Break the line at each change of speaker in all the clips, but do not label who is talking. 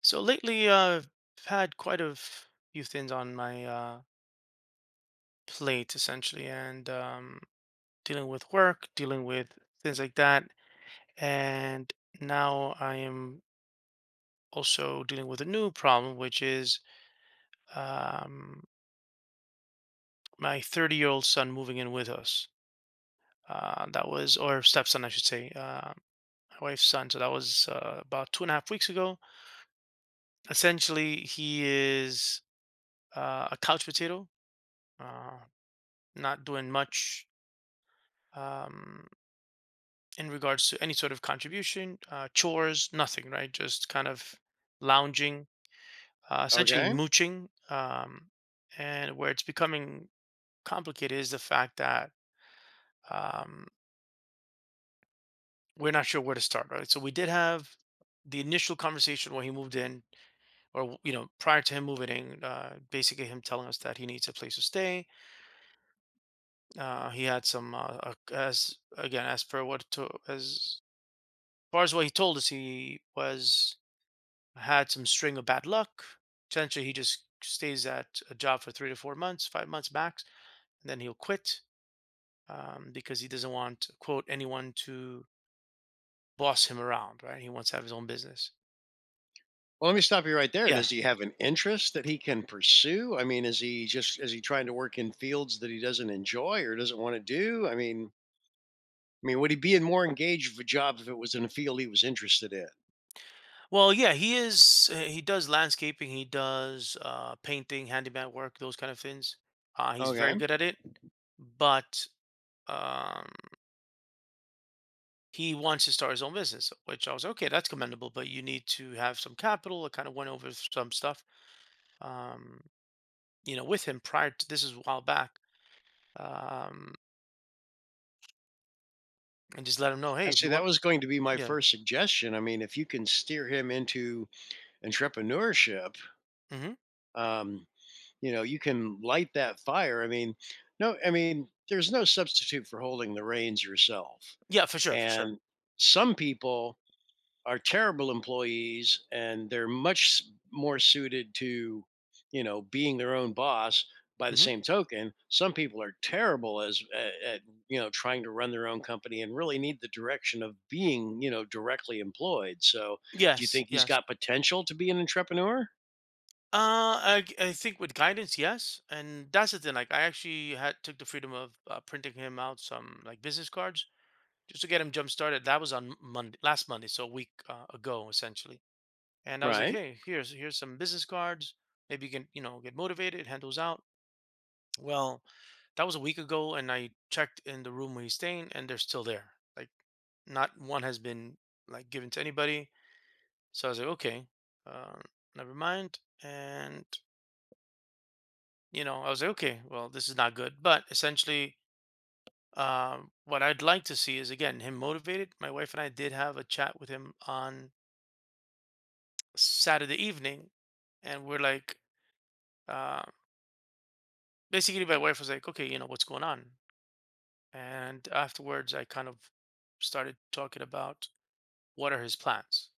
So lately, I've had quite a few things on my plate, essentially, and dealing with work, dealing with things like that. And now I am also dealing with a new problem, which is um, my 30-year-old son moving in with us. That was, or stepson, I should say, my wife's son. So that was about 2.5 weeks ago. Essentially, he is a couch potato. Uh, not doing much um, in regards to any sort of contribution, chores, nothing, right? Just kind of lounging, essentially
Okay.
mooching. And where it's becoming complicated is the fact that um, we're not sure where to start, right? So we did have the initial conversation when he moved in, or prior to him moving in, basically him telling us that he needs a place to stay. He had some, as again, as far as what he told us, he was had some string of bad luck. Essentially, he just stays at a job for 3 to 4 months, 5 months max, and then he'll quit because he doesn't want quote anyone to boss him around. Right? He wants to have his own business.
Well, let me stop you right there.
Yeah.
Does he have an interest that he can pursue? I mean, is he trying to work in fields that he doesn't enjoy or doesn't want to do? I mean, would he be in more engaged of a job if it was in a field he was interested in?
Well, yeah, he is. He does landscaping. He does painting, handyman work, those kind of things. He's very
Okay.
good at it, but um, he wants to start his own business, which I was okay. That's commendable, but you need to have some capital. I kind of went over some stuff, um, you know, with him prior to this is a while back, um, and just let him know, hey,
And
if
see,
you
that
want,
was going to be my
yeah,
first suggestion. I mean, if you can steer him into entrepreneurship,
hmm,
um, you know, you can light that fire. I mean, no, I mean, there's no substitute for holding the reins yourself.
yeah, for sure, for sure.
And some people are terrible employees and they're much more suited to, you know, being their own boss. By the
Hmm.
same token, some people are terrible as at you know, trying to run their own company and really need the direction of being, you know, directly employed. So do you
Yes,
think he's
yes.
got potential to be an entrepreneur?
I think with guidance, yes, and that's the thing. Like, I actually had took the freedom of printing him out some like business cards just to get him jump started. That was on Monday, last Monday, so a week ago, essentially. And I was like,
Right.
hey, here's some business cards. Maybe you can, you know, get motivated, handles out. Well, that was a week ago and I checked in the room where he's staying and they're still there. Like not one has been like given to anybody. So I was like, okay, um, never mind. And you know, I was like, okay, well, this is not good. But essentially, what I'd like to see is again him motivated. My wife and I did have a chat with him on Saturday evening, and we're like, uh, basically my wife was like, okay, you know, what's going on, and afterwards I kind of started talking about what are his plans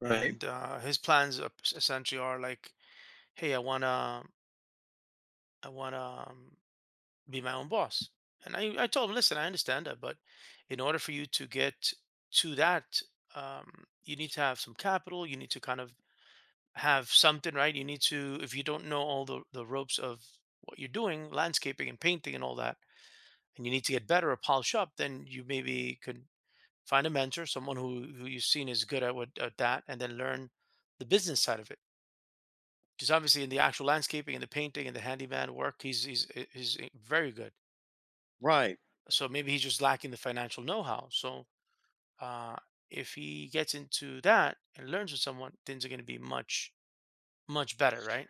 Right.
and his plans are essentially are like, hey, I want to i want to um, be my own boss. And I told him, listen, I understand that, but in order for you to get to that, you need to have some capital, you need to kind of have something, right? You need to if you don't know all the ropes of what you're doing, landscaping and painting and all that, and you need to get better or polish up, then you maybe could find a mentor, someone who you've seen is good at what at that, and then learn the business side of it. Because obviously, in the actual landscaping and the painting and the handyman work, very good.
Right.
So maybe he's just lacking the financial know-how. So uh, if he gets into that and learns with someone, things are going to be much much better, right?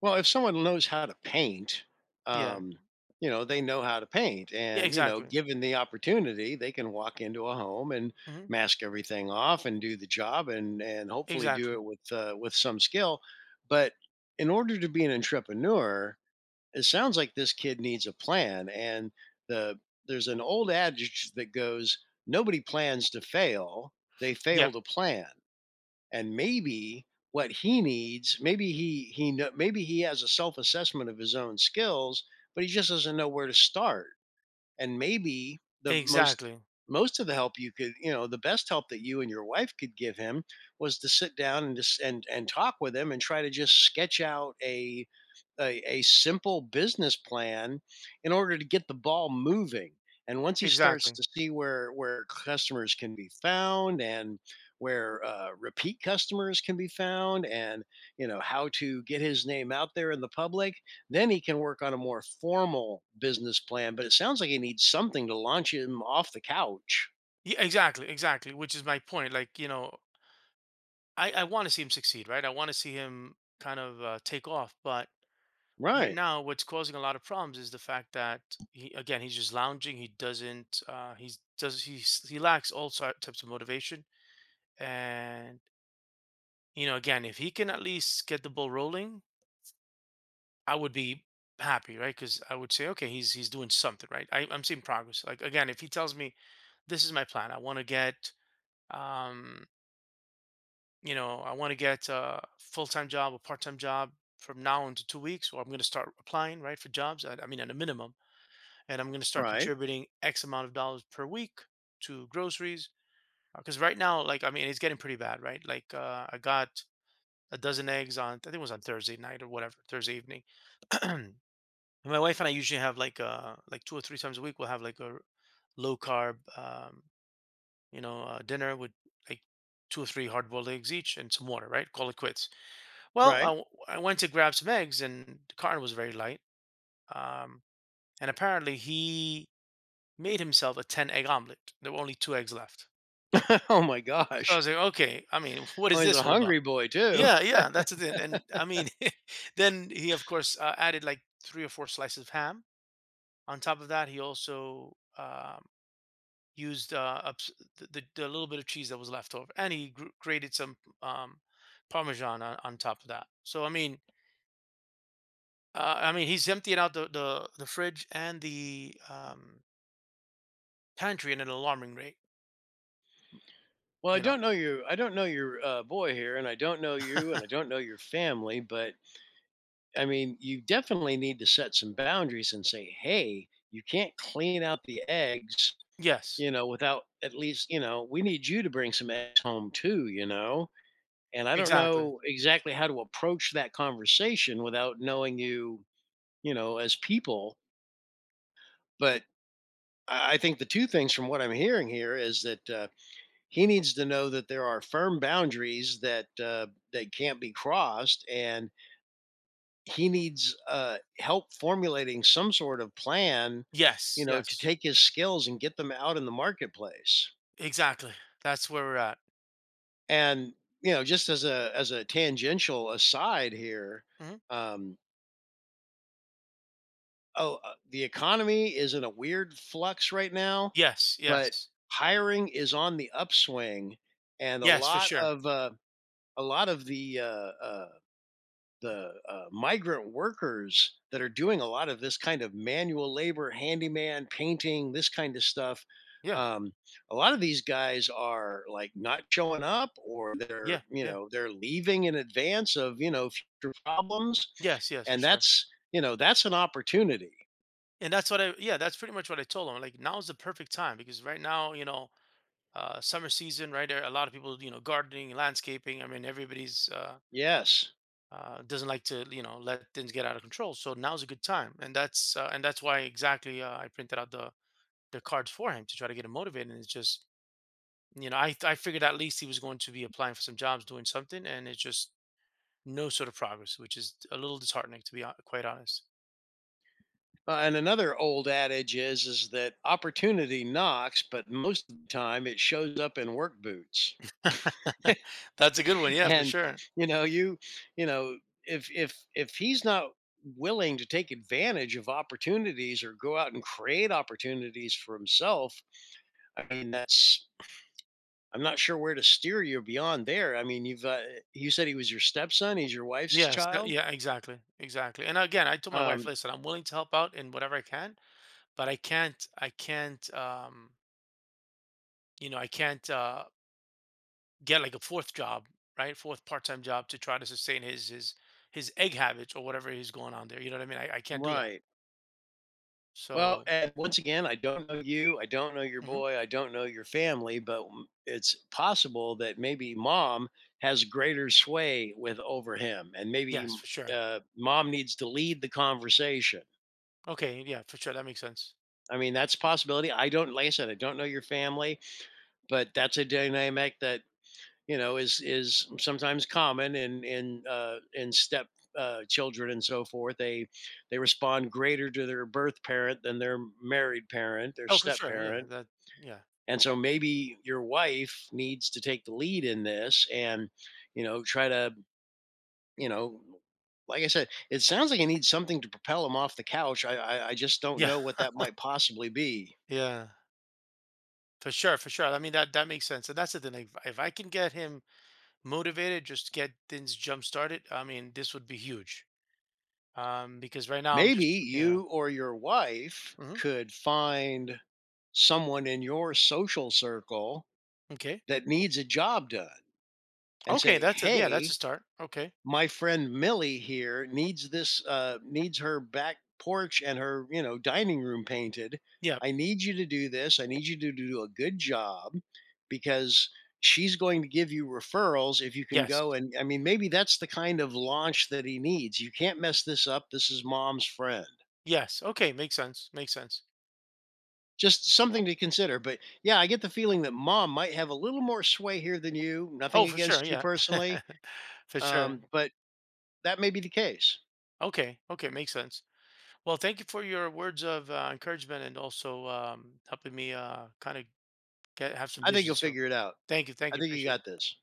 Well, if someone knows how to paint,
Yeah.
um, you know, they know how to paint.
Yeah.
And, you know,
Exactly.
given the opportunity, they can walk into a home and
Hmm.
mask everything off and do the job and hopefully do
Exactly.
it with some skill. But in order to be an entrepreneur, it sounds like this kid needs a plan. And the there's an old adage that goes, nobody plans to fail, they fail
Yep.
to plan. And maybe what he needs, maybe maybe he has a self-assessment of his own skills, but he just doesn't know where to start. And maybe the most
Exactly.
most of the help you could, you know, the best help that you and your wife could give him was to sit down and just and talk with him and try to just sketch out a simple business plan in order to get the ball moving. And once he starts
Exactly.
to see where customers can be found and where repeat customers can be found and you know how to get his name out there in the public, then he can work on a more formal business plan, but it sounds like he needs something to launch him off the couch.
Yeah, exactly, exactly. Which is my point. Like, you know, I want to see him succeed, right? I want to see him kind of take off. But right
Right,
now, what's causing a lot of problems is the fact that he, again, he's just lounging. He doesn't, he's does he s- he lacks all types of motivation. And you know, again, if he can at least get the ball rolling, I would be happy, right? Because I would say, okay, he's doing something, right? I'm seeing progress. Like again, if he tells me, this is my plan, I want to get. Um, you know, I want to get a full-time job, a part-time job from now into 2 weeks, or I'm going to start applying, right, for jobs. I mean, at a minimum, and I'm going to start
right,
contributing X amount of dollars per week to groceries. Because right now, like, I mean, it's getting pretty bad, right? Like, I got a dozen eggs on, I think it was on Thursday night or whatever, Thursday evening. And my wife and I usually have like two or three times a week, we'll have like a low carb, you know, dinner with like two or three hard boiled eggs each and some water, right? Call it quits. Well,
right.
I went to grab some eggs and the carton was very light. Um, and apparently he made himself a 10 egg omelet. There were only two eggs left.
Oh my
So I
gosh.
was like, okay, I mean, what
Oh,
is
he's
this
a
all about?
hungry boy too.
Yeah, yeah, that's the thing. And I mean, then he, of course, added like three or four slices of ham. On top of that, he also used the little bit of cheese that was left over. And he grated some Parmesan on top of that. So, I mean, he's emptying out the fridge and the pantry at an alarming rate.
Well, I
You know.
don't know you. I don't know your boy here, and I don't know you, and I don't know your family. But I mean, you definitely need to set some boundaries and say, "Hey, you can't clean out the eggs,
Yes.
you know, without at least, you know, we need you to bring some eggs home too, you know." And I don't
Exactly.
know exactly how to approach that conversation without knowing you, you know, as people. But I think the two things from what I'm hearing here is that he needs to know that there are firm boundaries that that can't be crossed, and he needs help formulating some sort of plan,
Yes.
you know, to
Yes.
take his skills and get them out in the marketplace.
Exactly. That's where we're at.
And you know, just as a tangential aside here.
Hmm.
Um, Oh, the economy is in a weird flux right now,
Yes.
but
Yes.
hiring is on the upswing, and
Yes, for sure.
a lot of the migrant workers that are doing a lot of this kind of manual labor, handyman, painting, this kind of stuff.
Yeah.
Um, a lot of these guys are like not showing up, or they're
Yeah.
you
Yeah.
know they're leaving in advance of you know future problems,
Yes. Yes, for
and
sure.
that's you know that's an opportunity.
And that's what I. Yeah, that's pretty much what I told him. Like now's the perfect time because right now, you know, summer season, right? There, a lot of people, you know, gardening, landscaping. I mean, everybody's.
Yes.
Doesn't like to you know let things get out of control. So now's a good time, and that's why exactly I printed out the cards for him to try to get him motivated. And it's just you know I figured at least he was going to be applying for some jobs, doing something, and it's just no sort of progress, which is a little disheartening to be quite honest.
And another old adage is that opportunity knocks, but most of the time it shows up in work boots.
That's a good one, yeah, for
And
sure.
you know, you know, if if he's not willing to take advantage of opportunities or go out and create opportunities for himself, I mean, that's I'm not sure where to steer you beyond there. I mean, you've you said he was your stepson, he's your wife's
Yes, that-
child.
yeah, exactly, exactly. And again, I told my wife,
Um,
listen, I'm willing to help out in whatever I can, but I can't, you know, I can't. Get like a fourth job, right? Fourth part-time job to try to sustain his egg habits or whatever he's going on there. You know what I mean? I can't do that.
right. Well,
So
and once again, I don't know you. I don't know your
mhm.
boy. I don't know your family, but m- it's possible that maybe mom has greater sway with over him, and maybe
Yes, for sure.
mom needs to lead the conversation.
Okay, yeah, for sure. That makes sense.
I mean, that's a possibility. I don't, like I said, I don't know your family, but that's a dynamic that you know is sometimes common in in step children and so forth. They respond greater to their birth parent than their married parent, their
Oh, for
step
sure. Yeah,
parent.
that, yeah.
And so maybe your wife needs to take the lead in this and, you know, try to, you know, like I said, it sounds like I need something to propel him off the couch. I just don't
Yeah,
know what that might possibly be.
yeah, for sure, for sure. I mean that makes sense, and that's the thing. Like, if, I can get him motivated, just get things jump started. I mean, this would be huge. Because right now I'm
Maybe
just you know,
you or your wife
hmm,
could find someone in your social circle
okay,
that needs a job done and
okay,
say,
that's a yeah, that's a
hey,
start. Okay,
my friend Millie here needs this needs her back porch and her, you know, dining room painted.
yeah,
I need you to do this. I need you to do a good job because she's going to give you referrals if you can
yes,
go. And I mean maybe that's the kind of launch that he needs. You can't mess this up. This is mom's friend.
Yes. Okay. Makes sense. Makes sense.
Just something to consider. But yeah, I get the feeling that mom might have a little more sway here than you.
Oh,
Nothing
for sure.
against you
Yeah.
personally.
for sure.
But that may be the case.
Okay. Okay. Makes sense. Well, thank you for your words of encouragement and also helping me kind of get have some
I think
vision.
you'll
So,
figure it out.
thank you. Thank
I
you.
think you
Appreciate
got
it.
this.